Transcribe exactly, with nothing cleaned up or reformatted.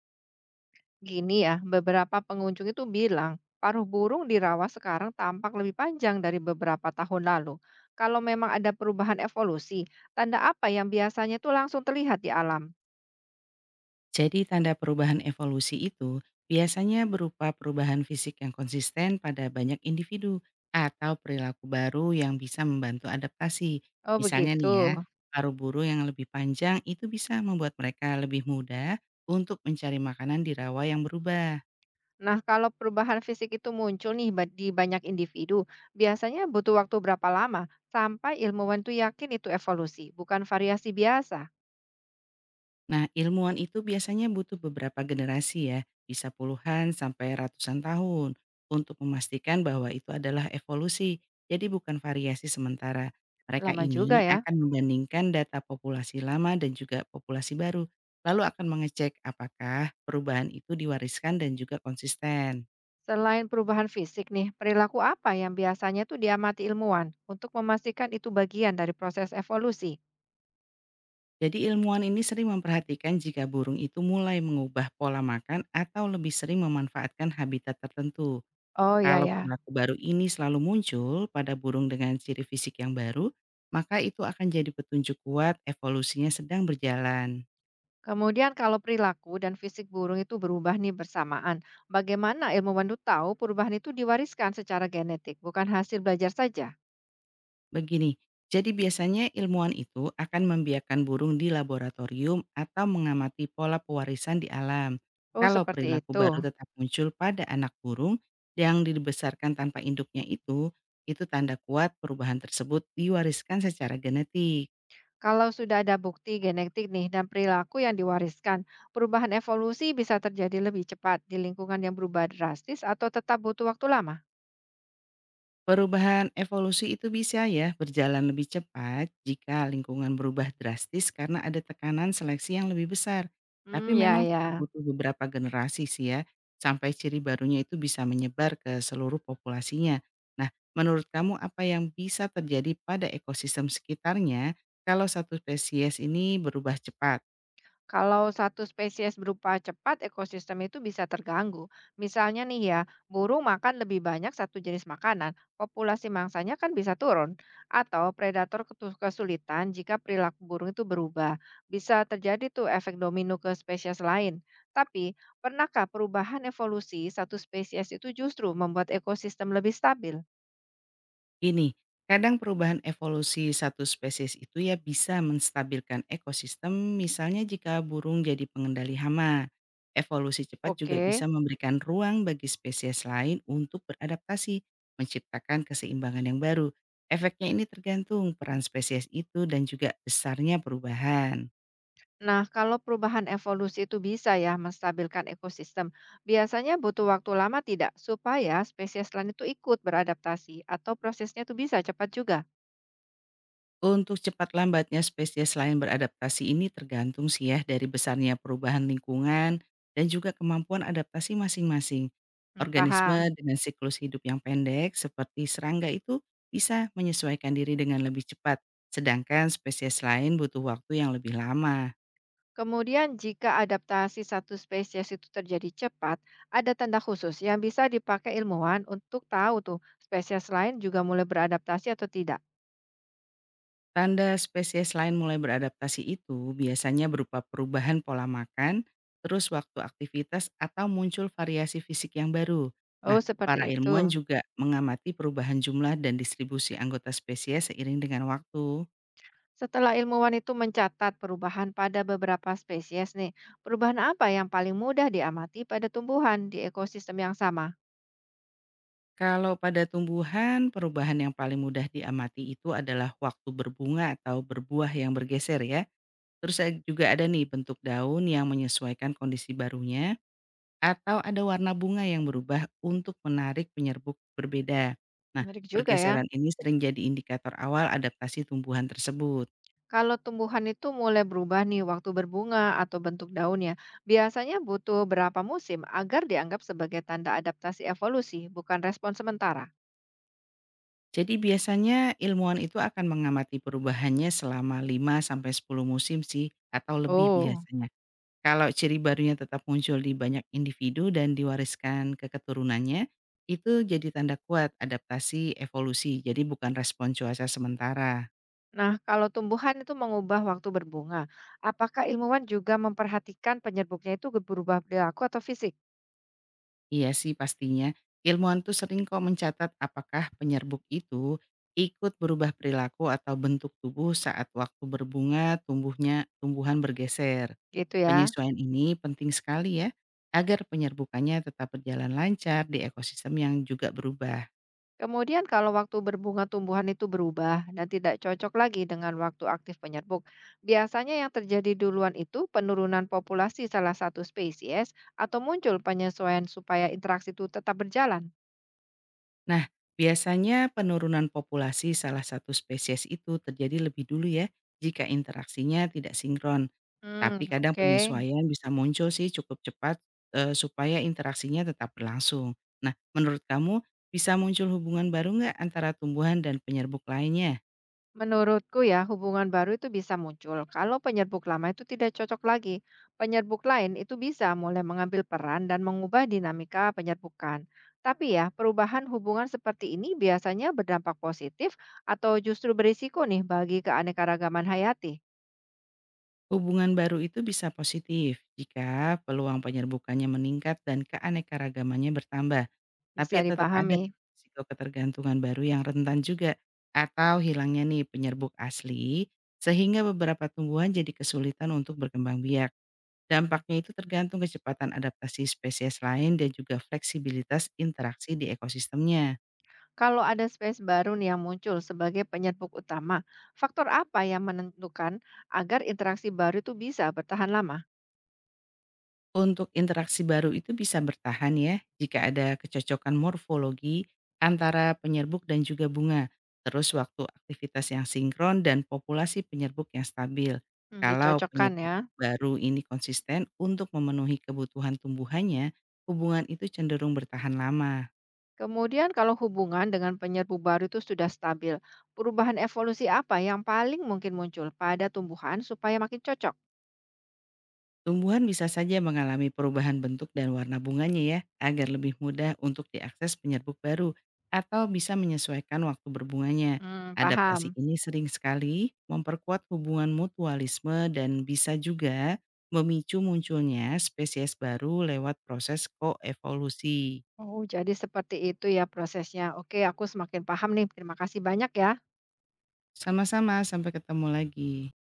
Gini ya, beberapa pengunjung itu bilang, paruh burung di rawa sekarang tampak lebih panjang dari beberapa tahun lalu. Kalau memang ada perubahan evolusi, tanda apa yang biasanya itu langsung terlihat di alam? Jadi tanda perubahan evolusi itu biasanya berupa perubahan fisik yang konsisten pada banyak individu atau perilaku baru yang bisa membantu adaptasi. Oh Misalnya begitu. nih ya, paruh burung yang lebih panjang itu bisa membuat mereka lebih mudah untuk mencari makanan di rawa yang berubah. Nah, kalau perubahan fisik itu muncul nih ba- di banyak individu, biasanya butuh waktu berapa lama sampai ilmuwan itu yakin itu evolusi, bukan variasi biasa? Nah, ilmuwan itu biasanya butuh beberapa generasi ya, bisa puluhan sampai ratusan tahun untuk memastikan bahwa itu adalah evolusi, jadi bukan variasi sementara. Mereka Lama juga ini ya. akan membandingkan data populasi lama dan juga populasi baru, lalu akan mengecek apakah perubahan itu diwariskan dan juga konsisten. Selain perubahan fisik nih, perilaku apa yang biasanya tuh diamati ilmuwan untuk memastikan itu bagian dari proses evolusi? Jadi ilmuwan ini sering memperhatikan jika burung itu mulai mengubah pola makan atau lebih sering memanfaatkan habitat tertentu. Oh ya Kalau ya. perilaku baru ini selalu muncul pada burung dengan ciri fisik yang baru, maka itu akan jadi petunjuk kuat evolusinya sedang berjalan. Kemudian kalau perilaku dan fisik burung itu berubah nih bersamaan, bagaimana ilmuwan itu tahu perubahan itu diwariskan secara genetik, bukan hasil belajar saja? Begini, jadi biasanya ilmuwan itu akan membiarkan burung di laboratorium atau mengamati pola pewarisan di alam. Oh Kalau seperti perilaku itu. baru tetap muncul pada anak burung yang dibesarkan tanpa induknya itu, itu tanda kuat perubahan tersebut diwariskan secara genetik. Kalau sudah ada bukti genetik nih dan perilaku yang diwariskan, perubahan evolusi bisa terjadi lebih cepat di lingkungan yang berubah drastis atau tetap butuh waktu lama? Perubahan evolusi itu bisa ya berjalan lebih cepat jika lingkungan berubah drastis karena ada tekanan seleksi yang lebih besar. Hmm, Tapi ya memang tetap ya. butuh beberapa generasi sih ya, sampai ciri barunya itu bisa menyebar ke seluruh populasinya. Nah, menurut kamu apa yang bisa terjadi pada ekosistem sekitarnya kalau satu spesies ini berubah cepat? Kalau satu spesies berupa cepat, ekosistem itu bisa terganggu. Misalnya nih ya, burung makan lebih banyak satu jenis makanan, populasi mangsanya kan bisa turun. Atau predator ketu- kesulitan jika perilaku burung itu berubah. Bisa terjadi tuh efek domino ke spesies lain. Tapi, pernahkah perubahan evolusi satu spesies itu justru membuat ekosistem lebih stabil? Ini, kadang perubahan evolusi satu spesies itu ya bisa menstabilkan ekosistem, misalnya jika burung jadi pengendali hama. Evolusi cepat juga bisa Oke. memberikan ruang bagi spesies lain untuk beradaptasi, menciptakan keseimbangan yang baru. Efeknya ini tergantung peran spesies itu dan juga besarnya perubahan. Nah, kalau perubahan evolusi itu bisa ya menstabilkan ekosistem, biasanya butuh waktu lama tidak supaya spesies lain itu ikut beradaptasi atau prosesnya itu bisa cepat juga. Untuk cepat lambatnya spesies lain beradaptasi ini tergantung sih ya dari besarnya perubahan lingkungan dan juga kemampuan adaptasi masing-masing. Hmm, Organisme paham. dengan siklus hidup yang pendek seperti serangga itu bisa menyesuaikan diri dengan lebih cepat, sedangkan spesies lain butuh waktu yang lebih lama. Kemudian jika adaptasi satu spesies itu terjadi cepat, ada tanda khusus yang bisa dipakai ilmuwan untuk tahu tuh spesies lain juga mulai beradaptasi atau tidak. Tanda spesies lain mulai beradaptasi itu biasanya berupa perubahan pola makan, terus waktu aktivitas, atau muncul variasi fisik yang baru. Oh, Nah, seperti para ilmuwan itu. juga mengamati perubahan jumlah dan distribusi anggota spesies seiring dengan waktu. Setelah ilmuwan itu mencatat perubahan pada beberapa spesies nih, perubahan apa yang paling mudah diamati pada tumbuhan di ekosistem yang sama? Kalau pada tumbuhan, perubahan yang paling mudah diamati itu adalah waktu berbunga atau berbuah yang bergeser ya. Terus ada- juga ada nih bentuk daun yang menyesuaikan kondisi barunya, atau ada warna bunga yang berubah untuk menarik penyerbuk berbeda. Nah, Menarik juga ya. pergeseran ini sering jadi indikator awal adaptasi tumbuhan tersebut. Kalau tumbuhan itu mulai berubah nih waktu berbunga atau bentuk daunnya, biasanya butuh berapa musim agar dianggap sebagai tanda adaptasi evolusi, bukan respon sementara. Jadi biasanya ilmuwan itu akan mengamati perubahannya selama lima sampai sepuluh musim sih atau lebih Oh, biasanya. Kalau ciri barunya tetap muncul di banyak individu dan diwariskan ke keturunannya, itu jadi tanda kuat adaptasi evolusi. Jadi bukan respon cuaca sementara. nah kalau tumbuhan itu mengubah waktu berbunga, apakah ilmuwan juga memperhatikan penyerbuknya itu berubah perilaku atau fisik? Iya sih pastinya. Ilmuwan tuh sering kok mencatat apakah penyerbuk itu ikut berubah perilaku atau bentuk tubuh saat waktu berbunga tumbuhnya tumbuhan bergeser. Gitu ya. Penyesuaian ini penting sekali ya agar penyerbukannya tetap berjalan lancar di ekosistem yang juga berubah. Kemudian kalau waktu berbunga tumbuhan itu berubah dan tidak cocok lagi dengan waktu aktif penyerbuk, biasanya yang terjadi duluan itu penurunan populasi salah satu spesies atau muncul penyesuaian supaya interaksi itu tetap berjalan. Nah, biasanya penurunan populasi salah satu spesies itu terjadi lebih dulu ya jika interaksinya tidak sinkron. Tapi Hmm, kadang oke. penyesuaian bisa muncul sih cukup cepat, eee, supaya interaksinya tetap berlangsung. Nah, menurut kamu bisa muncul hubungan baru nggak antara tumbuhan dan penyerbuk lainnya? Menurutku ya, hubungan baru itu bisa muncul kalau penyerbuk lama itu tidak cocok lagi. Penyerbuk lain itu bisa mulai mengambil peran dan mengubah dinamika penyerbukan. Tapi ya, perubahan hubungan seperti ini biasanya berdampak positif atau justru berisiko nih bagi keanekaragaman hayati. Hubungan baru itu bisa positif jika peluang penyerbukannya meningkat dan keanekaragamannya bertambah, tapi Bisa tetap ada dipahami. risiko ketergantungan baru yang rentan juga atau hilangnya nih penyerbuk asli, sehingga beberapa tumbuhan jadi kesulitan untuk berkembang biak. Dampaknya itu tergantung kecepatan adaptasi spesies lain dan juga fleksibilitas interaksi di ekosistemnya. Kalau ada spesies baru nih yang muncul sebagai penyerbuk utama, faktor apa yang menentukan agar interaksi baru itu bisa bertahan lama? Untuk interaksi baru itu bisa bertahan ya jika ada kecocokan morfologi antara penyerbuk dan juga bunga. Terus waktu aktivitas yang sinkron dan populasi penyerbuk yang stabil. Hmm, Kalau dicocokkan ya. penyerbuk baru ini konsisten untuk memenuhi kebutuhan tumbuhannya, hubungan itu cenderung bertahan lama. Kemudian kalau hubungan dengan penyerbu baru itu sudah stabil, perubahan evolusi apa yang paling mungkin muncul pada tumbuhan supaya makin cocok? Tumbuhan bisa saja mengalami perubahan bentuk dan warna bunganya ya, agar lebih mudah untuk diakses penyerbuk baru atau bisa menyesuaikan waktu berbunganya. Hmm, Adaptasi paham. ini sering sekali memperkuat hubungan mutualisme dan bisa juga memicu munculnya spesies baru lewat proses koevolusi. Oh, jadi seperti itu ya prosesnya. Oke, aku semakin paham nih. Terima kasih banyak ya. Sama-sama, sampai ketemu lagi.